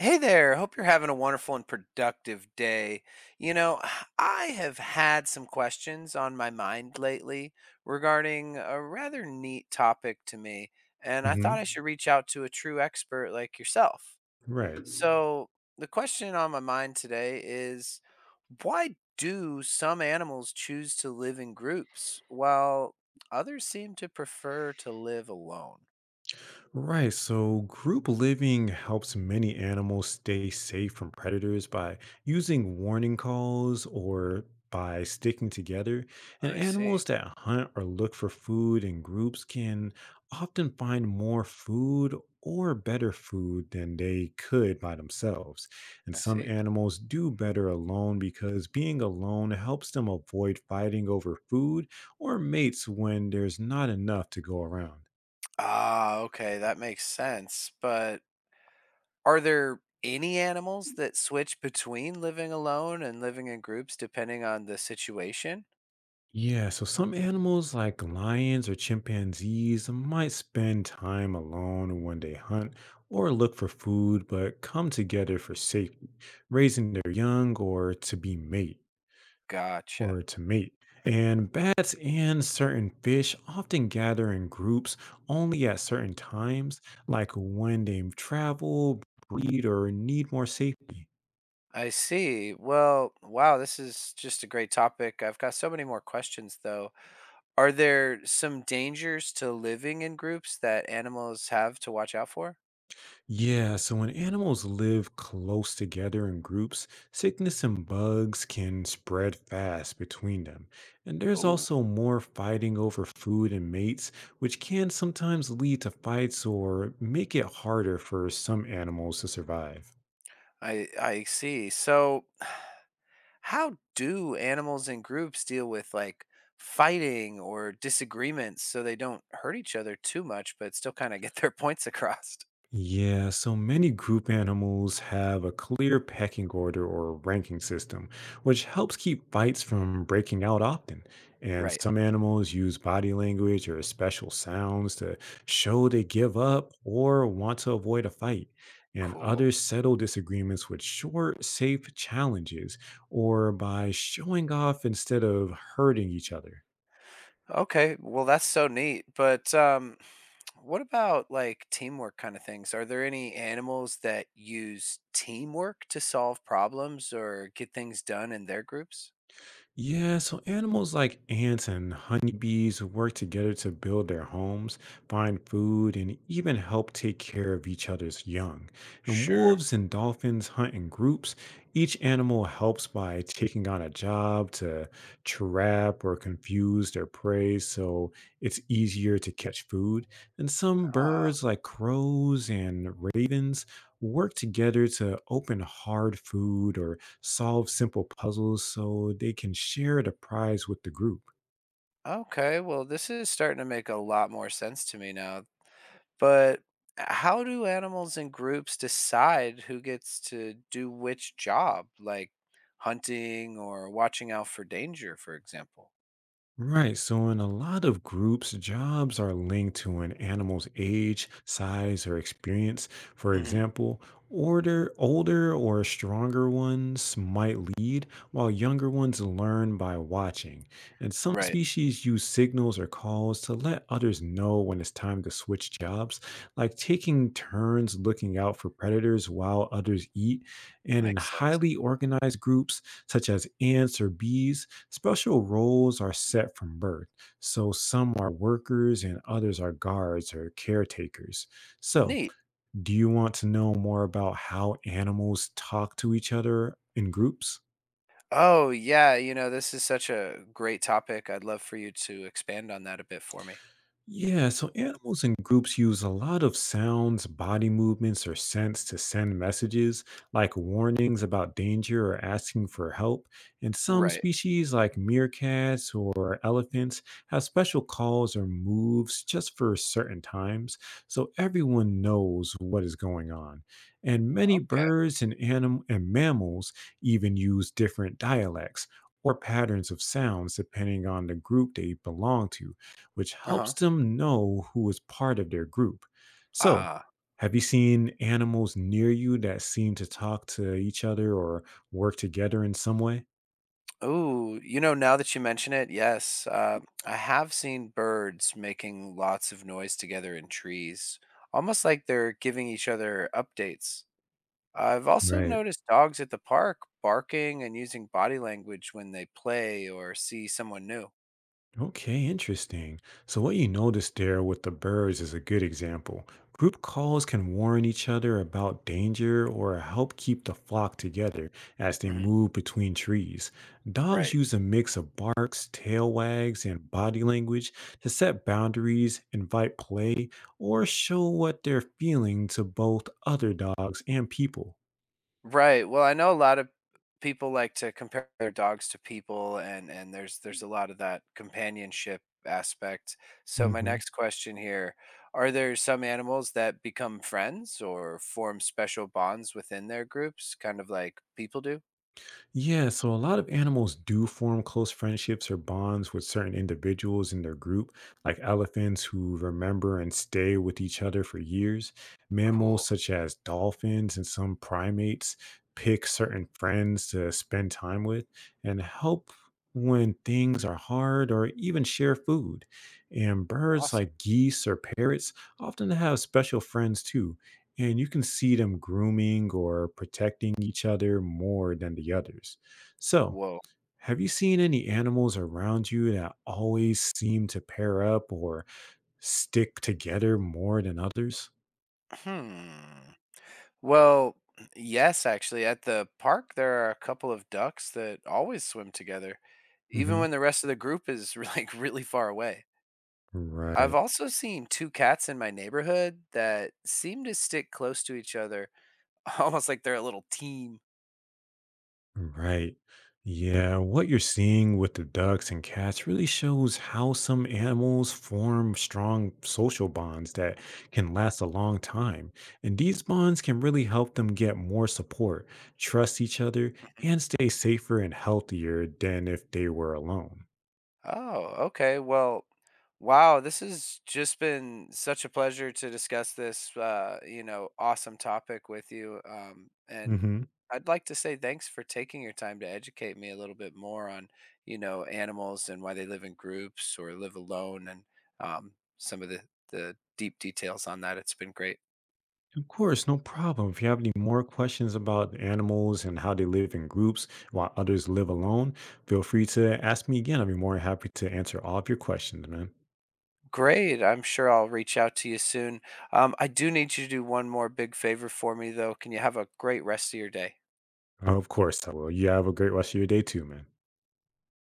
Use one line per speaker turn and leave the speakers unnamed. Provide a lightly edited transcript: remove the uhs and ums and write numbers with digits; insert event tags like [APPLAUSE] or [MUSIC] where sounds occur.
Hey there. Hope you're having a wonderful and productive day. You know, [SIGHS] I have had some questions on my mind lately regarding a rather neat topic to me, and I thought
Hmm.
I should reach out to a true expert like yourself.
Right.
So, the question on my mind today is why do some animals choose to live in groups while others seem to prefer to live alone?
Right. So group living helps many animals stay safe from predators by using warning calls or by sticking together. And
I see.
animals that hunt or look for food in groups can often find more food or better food than they could by themselves. And
I
some
see.
animals do better alone because being alone helps them avoid fighting over food or mates when there's not enough to go around.
Ah, okay, that makes sense. But are there any animals that switch between living alone and living in groups depending on the situation?
Yeah, so some animals like lions or chimpanzees might spend time alone when they hunt or look for food, but come together for safety, raising their young
Gotcha.
or to mate. And bats and certain fish often gather in groups only at certain times, like when they travel, breed, or need more safety.
I see. Well, wow, this is just a great topic. I've got so many more questions, though. Are there some dangers to living in groups that animals have to watch out for?
Yeah, so when animals live close together in groups, sickness and bugs can spread fast between them. And there's
Oh,
also more fighting over food and mates, which can sometimes lead to fights or make it harder for some animals to survive.
I see. So, how do animals and groups deal with like fighting or disagreements so they don't hurt each other too much, but still kind of get their [LAUGHS] points across?
Yeah, so many group animals have a clear pecking order or ranking system, which helps keep fights from breaking out often. And
Right.
some animals use body language or special sounds to show they give up or want to avoid a fight. And
Cool.
others settle disagreements with short, safe challenges or by showing off instead of hurting each other.
Okay. Well, that's so neat. But what about like teamwork kind of things? Are there any animals that use teamwork to solve problems or get things done in their groups?
Yeah, so animals like ants and honeybees work together to build their homes, find food, and even help take care of each other's young. And
Sure.
wolves and dolphins hunt in groups. Each animal helps by taking on a job to trap or confuse their prey so it's easier to catch food. And some
Ah,
birds, like crows and ravens, work together to open hard food or solve simple puzzles so they can share the prize with the group.
okay. Well, this is starting to make a lot more sense to me now. But how do animals and groups decide who gets to do which job, like hunting or watching out for danger, for example?
Right. So, in a lot of groups, jobs are linked to an animal's age, size, or experience. For
Hmm.
example, older or stronger ones might lead, while younger ones learn by watching. And some
Right.
species use signals or calls to let others know when it's time to switch jobs, like taking turns looking out for predators while others eat. And in
Makes sense.
highly organized groups, such as ants or bees, special roles are set from birth, so some are workers and others are guards or caretakers. So,
Neat.
do you want to know more about how animals talk to each other in groups?
Oh, yeah. You know, this is such a great topic. I'd love for you to expand on that a bit for me.
Yeah, so animals and groups use a lot of sounds, body movements, or scents to send messages, like warnings about danger or asking for help. And some
Right.
species, like meerkats or elephants, have special calls or moves just for certain times, so everyone knows what is going on. And many
Okay.
birds and mammals even use different dialects or patterns of sounds depending on the group they belong to, which
Uh
helps
huh.
them know who is part of their group. So,
Ah.
have you seen animals near you that seem to talk to each other or work together in some way?
Ooh, you know, now that you mention it, yes, I have seen birds making lots of noise together in trees, almost like they're giving each other updates. I've also
Right.
noticed dogs at the park barking and using body language when they play or see someone new.
Okay, interesting. So, what you noticed there with the birds is a good example. Group calls can warn each other about danger or help keep the flock together as they
Hmm.
move between trees. Dogs
Right.
use a mix of barks, tail wags, and body language to set boundaries, invite play, or show what they're feeling to both other dogs and people.
Right. Well, I know a lot of people like to compare their dogs to people and there's a lot of that companionship aspect. So my
Hmm.
next question here, are there some animals that become friends or form special bonds within their groups, kind of like people do?
Yeah, so a lot of animals do form close friendships or bonds with certain individuals in their group, like elephants who remember and stay with each other for years.
Cool.
Mammals such as dolphins and some primates pick certain friends to spend time with and help when things are hard or even share food. And birds
Awesome.
like geese or parrots often have special friends too, and you can see them grooming or protecting each other more than the others. So,
Whoa.
have you seen any animals around you that always seem to pair up or stick together more than others?
Hmm. Well, yes, actually, at the park there are a couple of ducks that always swim together, even
Hmm.
when the rest of the group is [LAUGHS] like really far away. I've
Right.
also seen 2 cats in my neighborhood that seem to stick close to each other, [LAUGHS] almost like they're a little team.
Right. Yeah, what you're seeing with the ducks and cats really shows how some animals form strong social bonds that can last a long time. And these bonds can really help them get more support, trust each other, and stay safer and healthier than if they were alone.
Oh, okay. Well, wow, this has just been such a pleasure to discuss this, you know, awesome topic with you. And
Hmm.
I'd like to say thanks for taking your time to educate me a little bit more on, you know, animals and why they live in groups or live alone and some of the deep details on that. It's been great.
Of course, no problem. If you have any more questions about animals and how they live in groups while others live alone, feel free to ask me again. I'll be more than happy to answer all of your questions, man.
Great. I'm sure I'll reach out to you soon. I do need you to do one more big favor for me, though. Can you have a great rest of your day?
Of course I will. You have a great rest of your day too, man.